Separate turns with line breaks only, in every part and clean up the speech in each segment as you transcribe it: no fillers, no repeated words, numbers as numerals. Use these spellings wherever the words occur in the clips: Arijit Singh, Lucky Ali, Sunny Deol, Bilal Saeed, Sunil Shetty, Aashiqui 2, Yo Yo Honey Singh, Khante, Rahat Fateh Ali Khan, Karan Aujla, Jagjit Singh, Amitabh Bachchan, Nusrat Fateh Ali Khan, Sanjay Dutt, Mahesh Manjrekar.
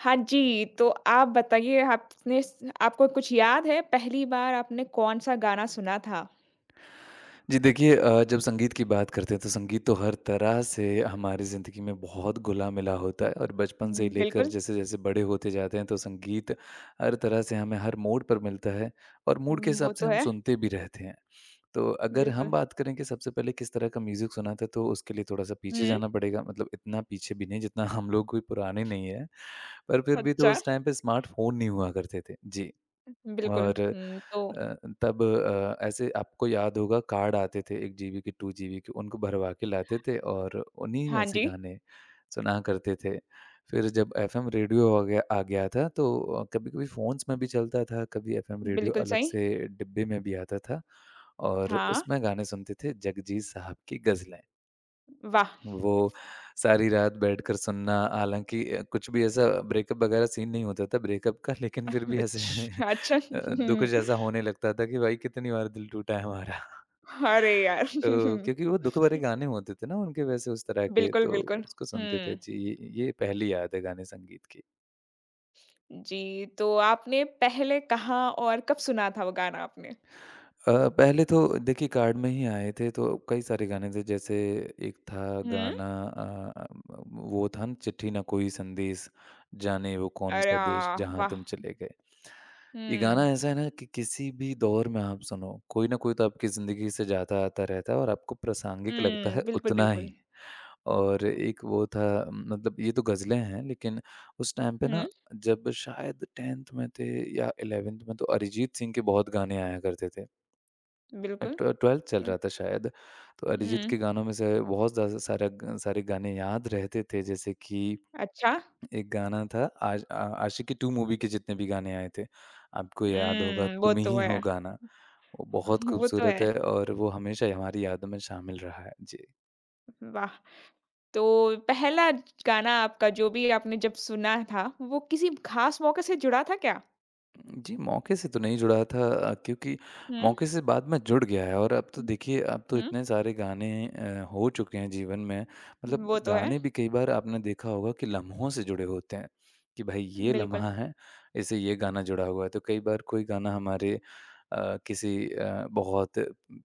हाँ जी, तो आप बताइए आपने स आपको कुछ याद है पहली बार आपने कौन-सा गाना सुना था?
जी, देखिए, जब संगीत की बात करते हैं तो संगीत तो हर तरह से हमारी ज़िंदगी में बहुत घुला मिला होता
हुँ,
है और बचपन से ही
हुँ।
लेकर
बिल्कुल,
जैसे जैसे बड़े होते जाते हैं तो संगीत हर तरह से हमें हर मूड पर मिलता है और मूड के
हुँ। वो
हिसाब से
तो
हम
है,
सुनते भी रहते हैं। तो अगर हम
बिल्कुल।
बात करें कि सबसे पहले किस तरह का म्यूज़िक सुना था, तो उसके लिए थोड़ा-सा पीछे
हुँ,
जाना पड़ेगा, मतलब इतना पीछे भी नहीं, जितना हम लोग कोई पुराने नहीं हैं। पर फिर भी तो
अच्छा,
उस टाइम पे स्मार्टफ़ोन नहीं हुआ करते थे। जी।
बिल्कुल।
और
हुँ, तो
अ, तब ऐसे आपको याद होगा, कार्ड आते थे 1 जीबी के, 2 जीबी के, उनको भरवा के लाते थे और उन्हीं
हाँ
में से
जी,
गाने सुना करते थे। फिर जब एफ़एम रेडियो आ गया था तो कभी-कभी फ़ोन्स में भी चलता था, कभी एफ़एम रेडियो
बिल्कुल
अलग
सही।
से डिब्बे में भी आता था, और
हाँ,
उसमें गाने सुनते थे, जगजीत साहब की गज़लें।
वाह!
वो सारी रात बैठकर सुनना, हालाँकि कुछ भी ऐसा ब्रेकअप वगैरह सीन नहीं होता था ब्रेकअप का, लेकिन फिर भी ऐसे
अच्छ अच्छा
अ, तो कुछ ऐसा होने लगता था कि भाई कितनी बार दिल टूटा है हमारा।
अरे यार!
तो क्योंकि वो दुःख भरे गाने होते थे ना उनके, वैसे उस तरह के,
बिल्कुल,
तो
बिल्कुल।
उसको सुनते थे।
हुँ,
जी। ये पहली याद है गाने संगीत की।
जी, तो आपने पहले कहाँ और कब सुना था वो गाना आपने?
पहले तो देखिए, कार्ड में ही आए थे तो कई सारे गाने थे, जैसे एक था
हुँ,
गाना वो था ना, चिट्ठी ना कोई संदेश, जाने वो कौन
अरे!
सा देश,
आह,
जहाँ
वाह!
तुम चले गए। ये गाना
हुँ,
ऐसा है ना कि किसी भी दौर में आप सुनो, कोई ना कोई तो आपकी ज़िंदगी से जाता आता रहता है, और आपको प्रासंगिक लगता
हुँ,
है
बिल्कुल,
उतना ही।
बिल्कुल।
और
हुँ,
एक वो था, मतलब ये तो गज़लें हैं लेकिन उस टाइम पे
हुँ,
ना, जब शायद 10th में थे या 11th में, तो अरिजीत सिंह के बहुत गाने आया करते थे।
बिल्कुल।
ट्वे 12th चल
अ,
रहा था शायद, तो अरिजीत
हुँ,
के गानों में से बहुत ज़्यादा सारा ग सारे गाने याद रहते थे, जैसे कि
अच्छा।
एक गाना था, आशिकी 2 मूवी के जितने भी गाने आए थे। आपको याद होगा,
हुँ, वो
तुम
तो
ही हो
है,
गाना, वो बहुत
वो तो
खूबसूरत
है।
है और वो हमेशा हमारी यादों में शामिल रहा है। जी।
वाह! तो पहला गाना आपका जो भी आपने जब सुना था, वो किसी ख़ास मौके से जुड़ा था क्या?
जी, मौके से तो नहीं जुड़ा था, क्योंकि
हुँ,
मौके से बाद में जुड़ गया है, और अब तो
हुँ,
देखिए, अब तो
हुँ,
इतने सारे गाने हो चुके हैं जीवन में, मतलब
वो तो है,
गाने भी कई बार आपने देखा होगा कि लम्हों से जुड़े होते हैं, कि भाई ये
बिल्कुल,
लम्हा है, इससे ये गाना जुड़ा हुआ है। तो कई बार कोई गाना हमारे किसी बहुत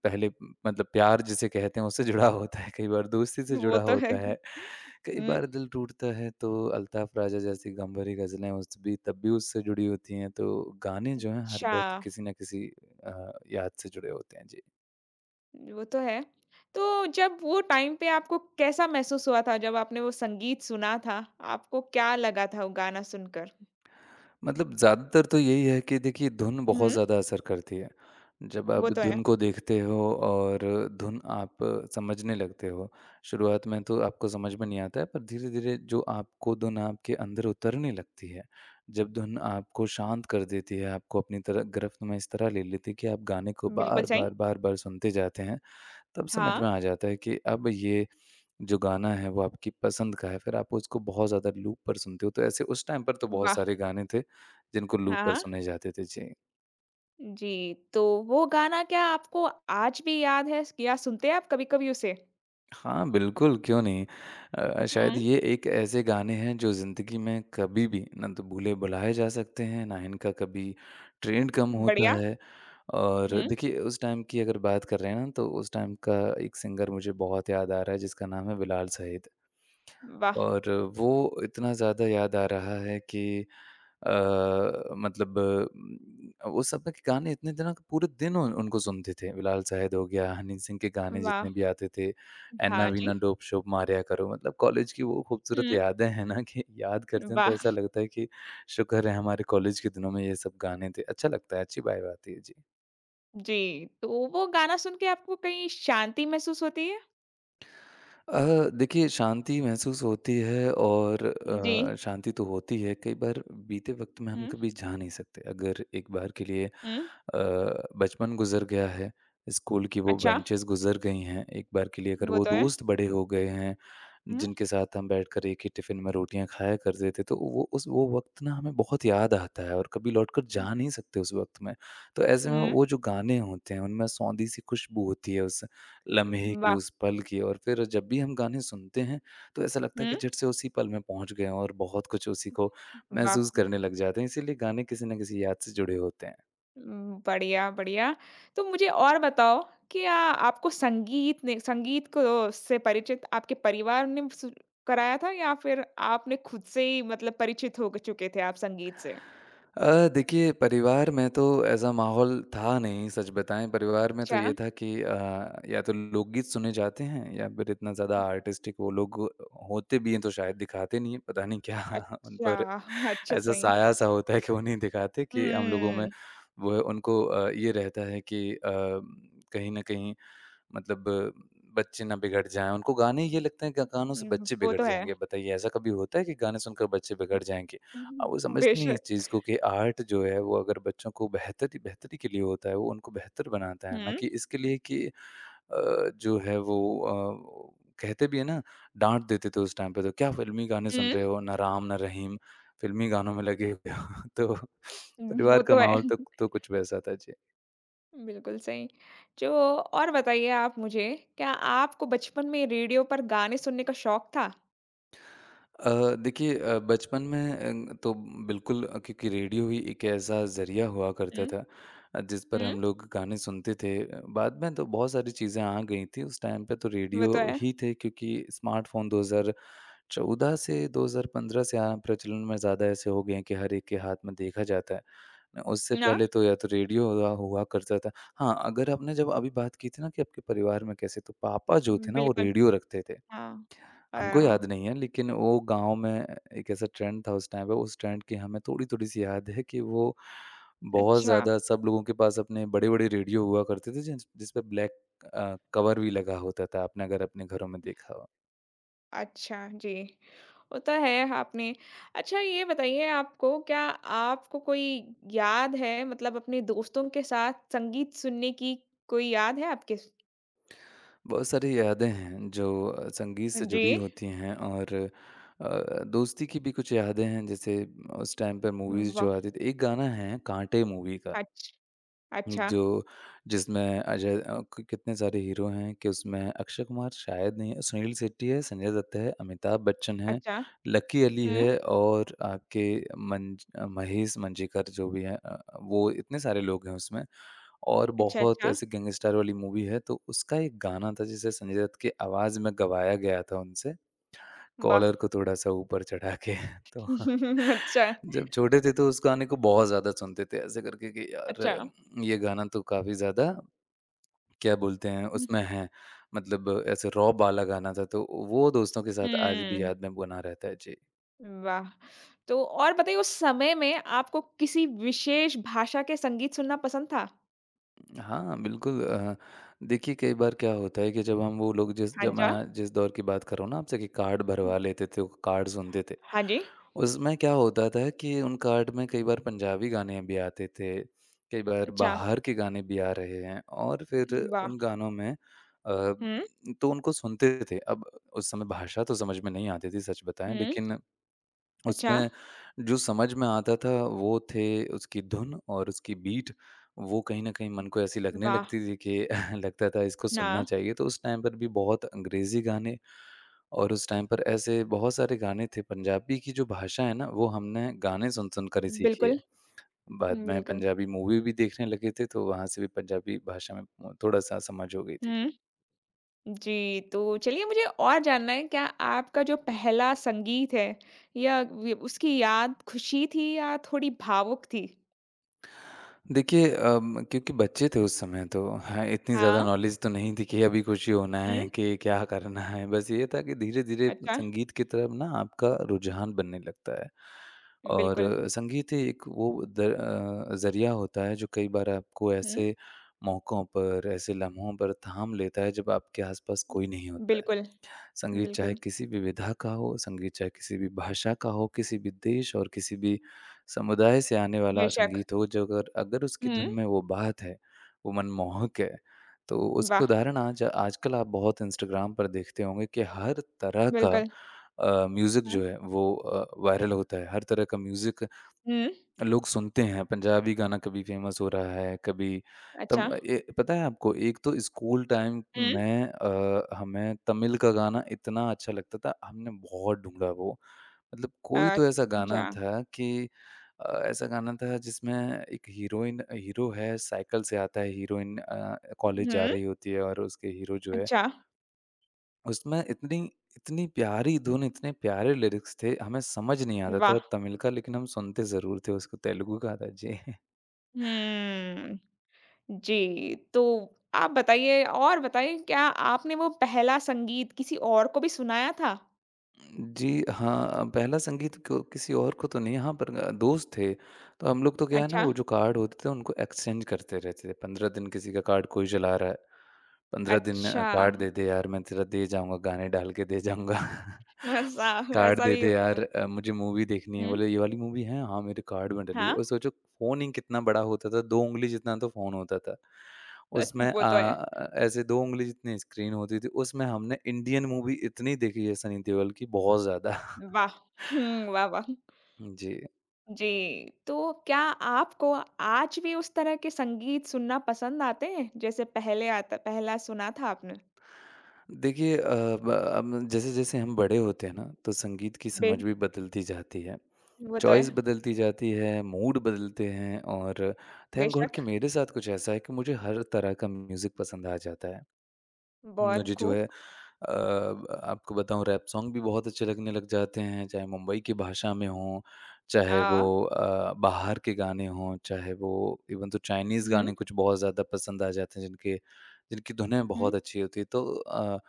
पहले, मतलब प्यार जिसे कहते हैं, उससे जुड़ा होता है, कई बार दोस्ती से
वो
जुड़ा
तो है।
होता है, कई
हुँ,
बार दिल टूटता है तो अल्ताफ राजा जैसी गम-भरी ग़ज़लें उस भी तब भी उससे जुड़ी होती हैं, तो गाने जो हैं हर
अच्छा,
वक़्त किसी न किसी याद से जुड़े होते हैं। जी।
वो तो है। तो जब वो टाइम पे आपको कैसा महसूस हुआ था जब आपने वो संगीत सुना था? आपको क्या लगा था वो गाना सुनकर?
मतलब ज़्यादातर तो यही है कि देखिए, धुन बहुत
हुँ,
ज़्यादा असर करती है। जब आप
वो तो है,
धुन को देखते हो, और धुन आप समझने लगते हो, शुरुआत में तो आपको समझ में नहीं आता है, पर धीरे-धीरे जो आपको धुन आपके अंदर उतरने लगती है, जब धुन आपको शांत कर देती है, आपको अपनी तरह गिरफ्त में इस तरह ले लेती है कि आप गाने को
बिल्कुल सही।
बार-बार, बार-बार सुनते जाते हैं, तब समझ
हाँ,
में आ जाता है कि अब ये जो गाना है वो आपकी पसंद का है, फिर आप उसको बहुत ज़्यादा लूप पर सुनते हो, तो ऐसे उस टाइम पर तो बहुत
वाह!
सारे गाने थे, जिनको
हाँ,
लूप पर
हाँ।
सुने जाते थे। जी।
जी, तो वो गाना क्या आपको आज भी याद है या सुनते हैं आप कभी-कभी उसे?
हाँ, बिल्कुल, क्यों नहीं? शायद
हुँ,
ये एक ऐसे गाने हैं जो ज़िंदगी में कभी भी ना तो भूले-भुलाए जा सकते हैं, ना इनका कभी ट्रेंड कम होता
बढ़िया।
है, और
हुँ,
देखिए, उस टाइम की अगर बात कर रहे हैं ना, तो उस टाइम का एक सिंगर मुझे बहुत याद आ रहा है, जिसका नाम है बिलाल सैद।
वाह!
और वो इतना ज़्यादा याद आ रहा है कि अ, मतलब उस समय के गाने इतने दिन, पूरे दिन उन उनको सुनते थे। बिलाल साहिद हो गया, हनी सिंह के गाने जितने
वाह!
भी आते थे, "ऐन्ना
हाँ
वीना
जी।
डोप शोप मारया करो", मतलब कॉलेज की वो खूबसूरत
हुँ,
यादें हैं ना, कि याद करते हैं तो ऐसा
वाह!
लगता है कि शुक्र है हमारे कॉलेज के दिनों में ये सब गाने थे। अच्छा लगता है, अच्छी वाइब आती है। जी।
जी, तो वो गाना सुन के आपको कहीं शांति महसूस होती है?
देखिए, शांति महसूस होती है, और
जी।
शांति तो होती है, कई बार बीते वक्त में हम
हुँ,
कभी जा नहीं सकते, अगर एक बार के लिए
हुँ,
बचपन गुजर गया है, स्कूल की वो
अच्छा,
बेंचेस गुजर गई हैं, एक बार के लिए अगर
वो
वो
तो है।
दोस्त बड़े हो गए हैं
हुँ,
जिनके साथ हम बैठकर एक ही टिफिन में रोटियां खाया करते थे, तो वो वक्त ना हमें बहुत याद आता है, और कभी लौटकर जा नहीं सकते उस वक्त में, तो ऐसे में
हुँ,
वो जो गाने होते हैं उनमें सौंधी सी खुशबू होती है उस लम्हे की,
वाह!
उस पल की, और फिर जब भी हम गाने सुनते हैं, तो ऐसा लगता है
हुँ,
कि झट से उसी पल में पहुँच गए हों, और बहुत कुछ उसी को
वाह!
महसूस करने लग जाते हैं। इसीलिए गाने किसी न किसी याद से जुड़े होते हैं।
बढ़िया, बढ़िया। तो मुझे और बताओ कि आ आपको संगीत ने संगीत को से परिचित आपके परिवार ने सु कराया था या फिर आपने खुद से ही मतलब परिचित हो ग चुके थे आप संगीत से?
देखिए, परिवार में तो ऐसा माहौल था नहीं, सच बताएँ, परिवार में तो
अच्छा।
ये था कि या तो लोकगीत सुने जाते हैं या फिर इतना ज़्यादा आर्टिस्टिक वो लोग होते भी हैं तो शायद दिखाते नहीं हैं, पता नहीं क्या उन
अच्छा,
पर
अच्छा
ऐसा
सही।
साया सा होता है कि वो नहीं दिखाते कि हम लोगों में
हुँ,
वो उनको ये रहता है कि कहीं न कहीं, मतलब बच्चे ना बिगड़ जाएँ, उनको गाने ये लगते हैं ग गानों से
हुँ,
बच्चे
वो
बिगड़
तो है।
जाएँगे। बताइए, ऐसा कभी होता है कि गाने सुनकर बच्चे बिगड़ जाएँगे? वो
हुँ,
समझते नहीं है
बेशक।
इस चीज़ को कि आर्ट जो है वो अगर बच्चों को बेहतरी, बेहतरी के लिए होता है, वो उनको बेहतर बनाता है, ना
हुँ,
कि इसके लिए कि जो है वो अ, कहते भी हैं ना, डाँट देते थे उस टाइम पे, तो क्या फ़िल्मी गाने सुन
हुँ,
रहे हो, ना राम ना रहीम, फ़िल्मी गानों में लगे हुए हो। तो
वो
परिवार का
तो है।
माहौल तो तो कुछ वैसा था। जी।
बिल्कुल सही। जो और बताइए आप मुझे, क्या आपको बचपन में रेडियो पर गाने सुनने का शौक था?
देखिए, बचपन में तो बिल्कुल, क्योंकि रेडियो ही एक ऐसा ज़रिया हुआ करता
हुँ,
था जिस पर
हुँ।
हम लोग गाने सुनते थे, बाद में तो बहुत सारी चीज़ें आ गई थी, उस टाइम पे तो
वो
रेडियो
तो है।
ही थे, क्योंकि स्मार्टफोन 2014 से 2015 से आ प्रचलन में ज़्यादा ऐसे हो गए हैं कि हर एक के हाथ में देखा जाता है न, उससे
ना
पहले तो या तो रेडियो हुआ हुआ करता था। हाँ, अगर आपने जब अभी बात की थी ना कि आपके परिवार में कैसे, तो पापा जो थे ना वो
बिल्कुल,
रेडियो रखते थे,
हाँ। अ,
हमको याद नहीं है, लेकिन वो गाँव में एक ऐसा ट्रेंड था उस टाइम पे, उस ट्रेंड की हमें थोड़ी-थोड़ी सी याद है कि वो बहुत
अच्छा,
ज़्यादा सब लोगों के पास अपने बड़े-बड़े रेडियो हुआ करते थे, जिस जिस पे ब्लैक कवर भी लगा होता था, आपने अगर अपने घरों में देखा हो।
अच्छा, जी। वो तो है आपने अच्छा ये बताइए आपको क्या आपको कोई याद है मतलब अपने दोस्तों के साथ संगीत सुनने की कोई याद है आपके?
बहुत सारी यादें हैं जो संगीत से
जी।
जुड़ी होती हैं, और दोस्ती की भी कुछ यादें हैं, जैसे उस टाइम पे मूवीज़
वाह!
जो आती थी। एक गाना है कांटे मूवी का।
अच्छ अच्छा,
जो जिसमें अजय, क कितने सारे हीरो हैं, कि उसमें अक्षय कुमार शायद नहीं है, सुनील शेट्टी है, संजय दत्त है, अमिताभ बच्चन है,
अच्छा।
लकी अली
हुँ,
है, और आपके महेश मांजरेकर जो भी हैं, वो इतने सारे लोग हैं उसमें, और
अच्छा,
बहुत
अच्छा।
ऐसी गैंगस्टर वाली मूवी है, तो उसका एक गाना था जिसे संजय दत्त की आवाज़ में गवाया गया था उनसे।
वाह!
कॉलर को थोड़ा-सा ऊपर चढ़ा के तो
अच्छा,
जब छोटे थे तो उस गाने को बहुत ज़्यादा सुनते थे ऐसे करके कि
अच्छा।
यार, ये गाना तो काफ़ी ज़्यादा, क्या बोलते हैं,
हुँ,
उसमें है, मतलब ऐसे रॉब वाला गाना था, तो वो दोस्तों के साथ आज भी
हुँ।
याद में बना रहता है। जी।
वाह! तो और बताइए उस समय में आपको किसी विशेष भाषा के संगीत सुनना पसंद था?
हाँ, बिल्कुल, देखिए, कई बार क्या होता है कि जब हम वो लोग जिस
हाँ
जब
जा
मैं जिस दौर की बात कर रहा हूँ ना आपसे, कि कार्ड भरवा लेते थे, वो कार्ड सुनते थे।
हाँ जी।
उसमें क्या होता था कि उन कार्ड में कई बार पंजाबी गाने भी आते थे, कई बार
अच्छा,
बाहर के गाने भी आ रहे हैं, और फिर
वाह!
उन गानों में
हुँ,
तो उनको सुनते थे। अब उस समय भाषा तो समझ में नहीं आती थी, सच बताएँ,
हुँ,
लेकिन
अच्छा,
उसमें जो समझ में आता था वो थे उसकी धुन और उसकी बीट। वो कहीं न कहीं मन को ऐसी लगने
वाह!
लगती थी कि लगता था, इसको
ना,
सुनना चाहिए। तो उस टाइम पर भी बहुत अंग्रेज़ी गाने और उस टाइम पर ऐसे बहुत सारे गाने थे पंजाबी की जो भाषा है ना वो हमने गाने सुन सुन कर ही सीखी
बिल्कुल,
है। बाद में
बिल्कुल।
पंजाबी मूवी भी देखने लगे थे तो वहाँ से भी पंजाबी भाषा में थोड़ा-सा समझ हो गई थी।
हुँ, जी, तो चलिए मुझे और जानना है क्या आपका जो पहला संगीत है या व उसकी याद खुशी थी या थोड़ी भावुक थी?
देखिए क्योंकि बच्चे थे उस समय तो हाँ, इतनी ज़्यादा
हाँ,
नॉलेज तो नहीं थी कि अभी खुशी होना
हुँ,
है कि क्या करना है। बस ये था कि धीरे-धीरे
अच्छा,
संगीत की तरफ ना आपका रुझान बनने लगता है। और
बिल्कुल,
संगीत ही एक वो ज़रिया होता है जो कई बार आपको
हुँ,
ऐसे मौकों पर, ऐसे लम्हों पर थाम लेता है जब आपके आस-पास कोई नहीं होता है।
बिल्कुल,
संगीत चाहे
बिल्कुल,
किसी भी विधा का हो, संगीत चाहे किसी भी भाषा का हो, किसी भी देश और किसी भी समुदाय से आने वाला
बेशक,
संगीत हो, जो अगर अगर उसकी
हुँ,
धुन में वो बात है, वो मनमोहक है, तो उसके
वाह!
उदाहरण आज आजकल आप बहुत इंस्टाग्राम पर देखते होंगे कि हर तरह का
बिल्कुल,
म्यूज़िक
हाँ।
जो है वो वायरल होता है। हर तरह का म्यूज़िक
हुँ,
लोग सुनते हैं, पंजाबी गाना कभी फ़ेमस हो रहा है, कभी
अच्छा,
पता है आपको एक तो स्कूल टाइम
हुँ,
में हमें तमिल का गाना इतना अच्छा लगता था, हमने बहुत ढूँढा वो। मतलब कोई तो ऐसा
अच्छा,
गाना था कि ऐसा गाना था जिसमें एक हीरोइन हीरो है, साइकिल से आता है, हीरोइन कॉलेज जा
हुँ,
रही होती है और उसके हीरो जो है
अच्छा,
उसमें इतनी इतनी प्यारी धुन, इतने प्यारे लिरिक्स थे, हमें समझ नहीं आता था
वाह!
तमिल का लेकिन हम सुनते ज़रूर थे उसको, तेलुगु का था। जी।
हुँ, जी, तो आप बताइए और बताइए क्या आपने वो पहला संगीत किसी और को भी सुनाया था?
जी, हाँ, पहला संगीत को किसी और को तो नहीं, हाँ, पर दोस्त थे, तो हम लोग तो क्या है ना,
अच्छा,
वो जो कार्ड होते थे, उनको एक्सचेंज करते रहते थे। 15 दिन किसी का कार्ड कोई जला रहा है, 15 दिन
अच्छा,
कार्ड दे दे यार, मैं तेरा दे जाऊँगा, गाने डाल के दे जाऊँगा।
ऐसा
कार्ड
ऐसा
दे
भी
दे
होता
यार
था।
मुझे मूवी देखनी है।
हुँ,
बोले, "ये वाली मूवी है? हाँ, मेरे कार्ड में डली है।"
हाँ,
और सोचो फ़ोन ही कितना बड़ा होता था, 2 उँगली जितना तो फ़ोन होता था।
अच
उसमें
वो तो है,
ऐसे 2 उँगली जितनी स्क्रीन होती थी, उसमें हमने इंडियन मूवी इतनी देखी है सनी देओल की बहुत ज़्यादा।
वाह! हुँ, वाह, वाह!
जी।
जी, तो क्या आपको आज भी उस तरह के संगीत सुनना पसंद आते हैं, जैसे पहले आता पहला सुना था आपने?
देखिए ब अब जैसे-जैसे हम बड़े होते हैं ना, तो संगीत की
बे
समझ भी बदलती जाती है।
वो तो
चॉइस
है,
बदलती जाती है, मूड बदलते हैं और थैंक गॉड
बेशक,
कि मेरे साथ कुछ ऐसा है कि मुझे हर तरह का म्यूज़िक पसंद आ जाता है।
बहुत
मुझे जो
खूब।
है आपको बताऊँ रैप सॉन्ग भी बहुत अच्छे लगने लग जाते हैं, चाहे मुंबई की भाषा में हों,
अ,
चाहे वो बाहर के गाने हों, चाहे वो इवन तो चाइनीज़
हुँ,
गाने कुछ बहुत ज़्यादा पसंद आ जाते हैं जिनके जिनकी धुनें
हुँ,
बहुत अच्छी होती हैं। तो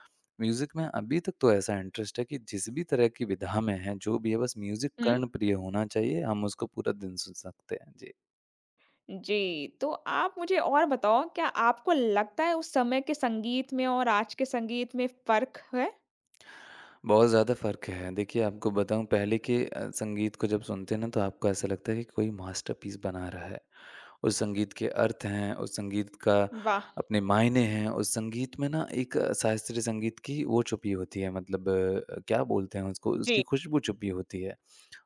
म्यूज़िक में अभी तक तो ऐसा इंटरेस्ट है कि जिस भी तरह की विधा में है, जो भी है बस म्यूज़िक
हुँ।
कर्णप्रिय होना चाहिए, हम उसको पूरा दिन सुन सकते हैं। जी।
जी, तो आप मुझे और बताओ क्या आपको लगता है उस समय के संगीत में और आज के संगीत में फ़र्क है?
बहुत ज़्यादा फ़र्क है। देखिए, आपको बताऊँ पहले के संगीत को जब सुनते हैं ना तो आपको ऐसा लगता है कि कोई मास्टरपीस बना रहा है। उस संगीत के अर्थ हैं, उस संगीत का
वाह!
अपने मायने हैं, उस संगीत में ना एक शास्त्रीय संगीत की वो छुपी होती है मतलब क्या बोलते हैं उसको?
जी,
उसकी खुशबू छुपी होती है।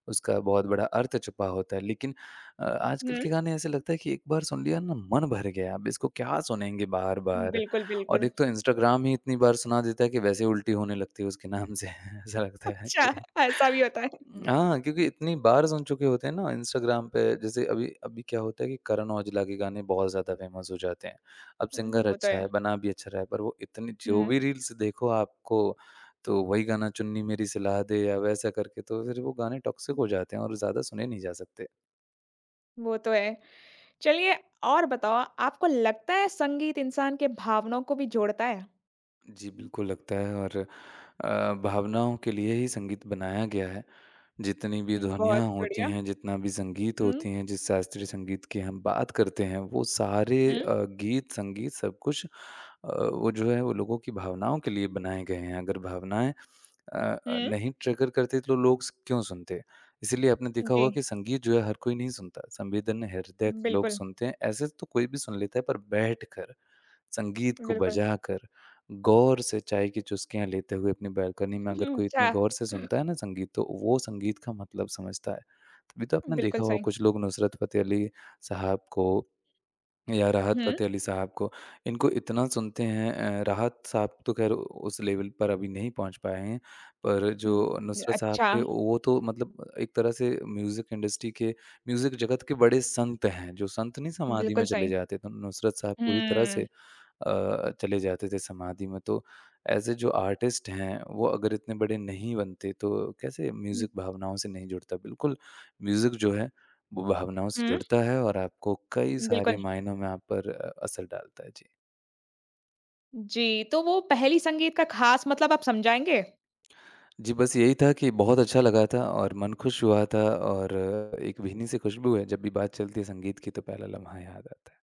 उसका बहुत बड़ा अर्थ छुपा होता है। लेकिन आजकल
हुँ,
के गाने ऐसे लगता है कि एक बार सुन लिया ना मन भर गया, अब इसको क्या सुनेंगे बार-बार।
बिल्कुल,
और
बिल्कुल।
एक तो इंस्टाग्राम ही इतनी बार सुना देता है कि वैसे ही उल्टी होने लगती है उसके नाम से। ऐसा लगता है
अच्छा,
कि
ऐसा भी होता है।
हाँ, क्योंकि इतनी बार सुन चुके होते हैं ना इंस्टाग्राम पे जैसे अभी अभी क्या होता है कि करण औजला के गाने बहुत ज़्यादा फेमस हो जाते हैं। अब सिंगर
वो तो
अच्छा
है।
है, बना भी अच्छा रहा है पर वो इतनी जो
हुँ,
भी रील्स देखो आपको तो वही गाना चुन्नी मेरी सिला दे या वैसा करके तो फिर वो गाने टॉक्सिक हो जाते हैं और ज़्यादा सुने नहीं जा सकते।
वो तो है। चलिए और बताओ आपको लगता है संगीत इंसान के भावनाओं को भी जोड़ता है?
जी, बिल्कुल लगता है और भावनाओं के लिए ही संगीत बनाया गया है। जितनी भी
बहुत
ध्वनियाँ होती
बढ़िया।
हैं, जितना भी संगीत
हुँ,
होती हैं, जिस शास्त्रीय संगीत की हम बात करते हैं, वो सारे
हुँ,
गीत, संगीत सब कुछ वो जो है वो लोगों की भावनाओं के लिए बनाए गए हैं। अगर भावनाएँ
हुँ।
नहीं ट्रिगर करते तो लोग स क्यों सुनते? इसीलिए आपने देखा होगा कि
जी,
संगीत जो है हर कोई नहीं सुनता, संवेदन हृदय के लोग
बिल्कुल,
सुनते हैं। ऐसे तो कोई भी सुन लेता है पर बैठकर संगीत को
बिल्कुल।
बजाकर, गौर से चाय की चुस्कियाँ लेते हुए अपनी बालकनी में अगर
हुँ,
कोई
अच्छा,
इतने गौर से सुनता है ना संगीत, तो वो संगीत का मतलब समझता है। तभी तो आपने
बिल्कुल
देखा होगा
सही।
कुछ लोग नुसरत फ़तेह अली साहब को या राहत
हुँ,
फ़तेह अली साहब को, इनको इतना सुनते हैं राहत साहब तो ख़ैर उस लेवल पर अभी नहीं पहुँच पाए हैं, पर
हुँ,
जो नुसरत साहब थे
अच्छा,
वो तो मतलब एक तरह से म्यूज़िक इंडस्ट्री के म्यूज़िक जगत के बड़े संत हैं, जो संत नहीं समाधि में
बिल्कुल
चले
सही।
जाते, तो नुसरत साहब पूरी तरह
हुँ,
से चले जाते थे समाधि में। तो एज़ ए जो आर्टिस्ट हैं, वो अगर इतने बड़े नहीं बनते तो कैसे
हुँ,
म्यूज़िक भावनाओं से नहीं जुड़ता। बिल्कुल म्यूज़िक जो है वो भावनाओं से
हुँ,
जुड़ता है और आपको कई सारे
बिल्कुल।
मायनों में आप पर असर डालता है। जी।
जी, तो वो पहेली संगीत का ख़ास मतलब आप समझाएँगे?
जी, बस यही था कि बहुत अच्छा लगा था और मन खुश हुआ था और एक भीनी सी खुशबू है, जब भी बात चलती है संगीत की तो पहला लम्हा याद आता है।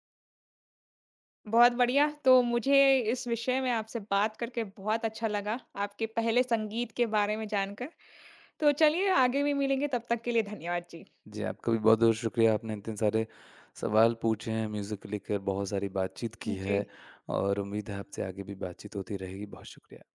बहुत बढ़िया, तो मुझे इस विषय में आपसे बात करके बहुत अच्छा लगा, आपके पहले संगीत के बारे में जानकर। तो चलिए आगे भी मिलेंगे, तब तक के लिए धन्यवाद जी।
जी, आपका भी बहुत-बहुत शुक्रिया। आपने इतने सारे सवाल पूछे हैं, म्यूज़िक को लेकर बहुत सारी बातचीत की
जी।
है और उम्मीद है आपसे आगे भी बातचीत होती रहेगी। बहुत शुक्रिया।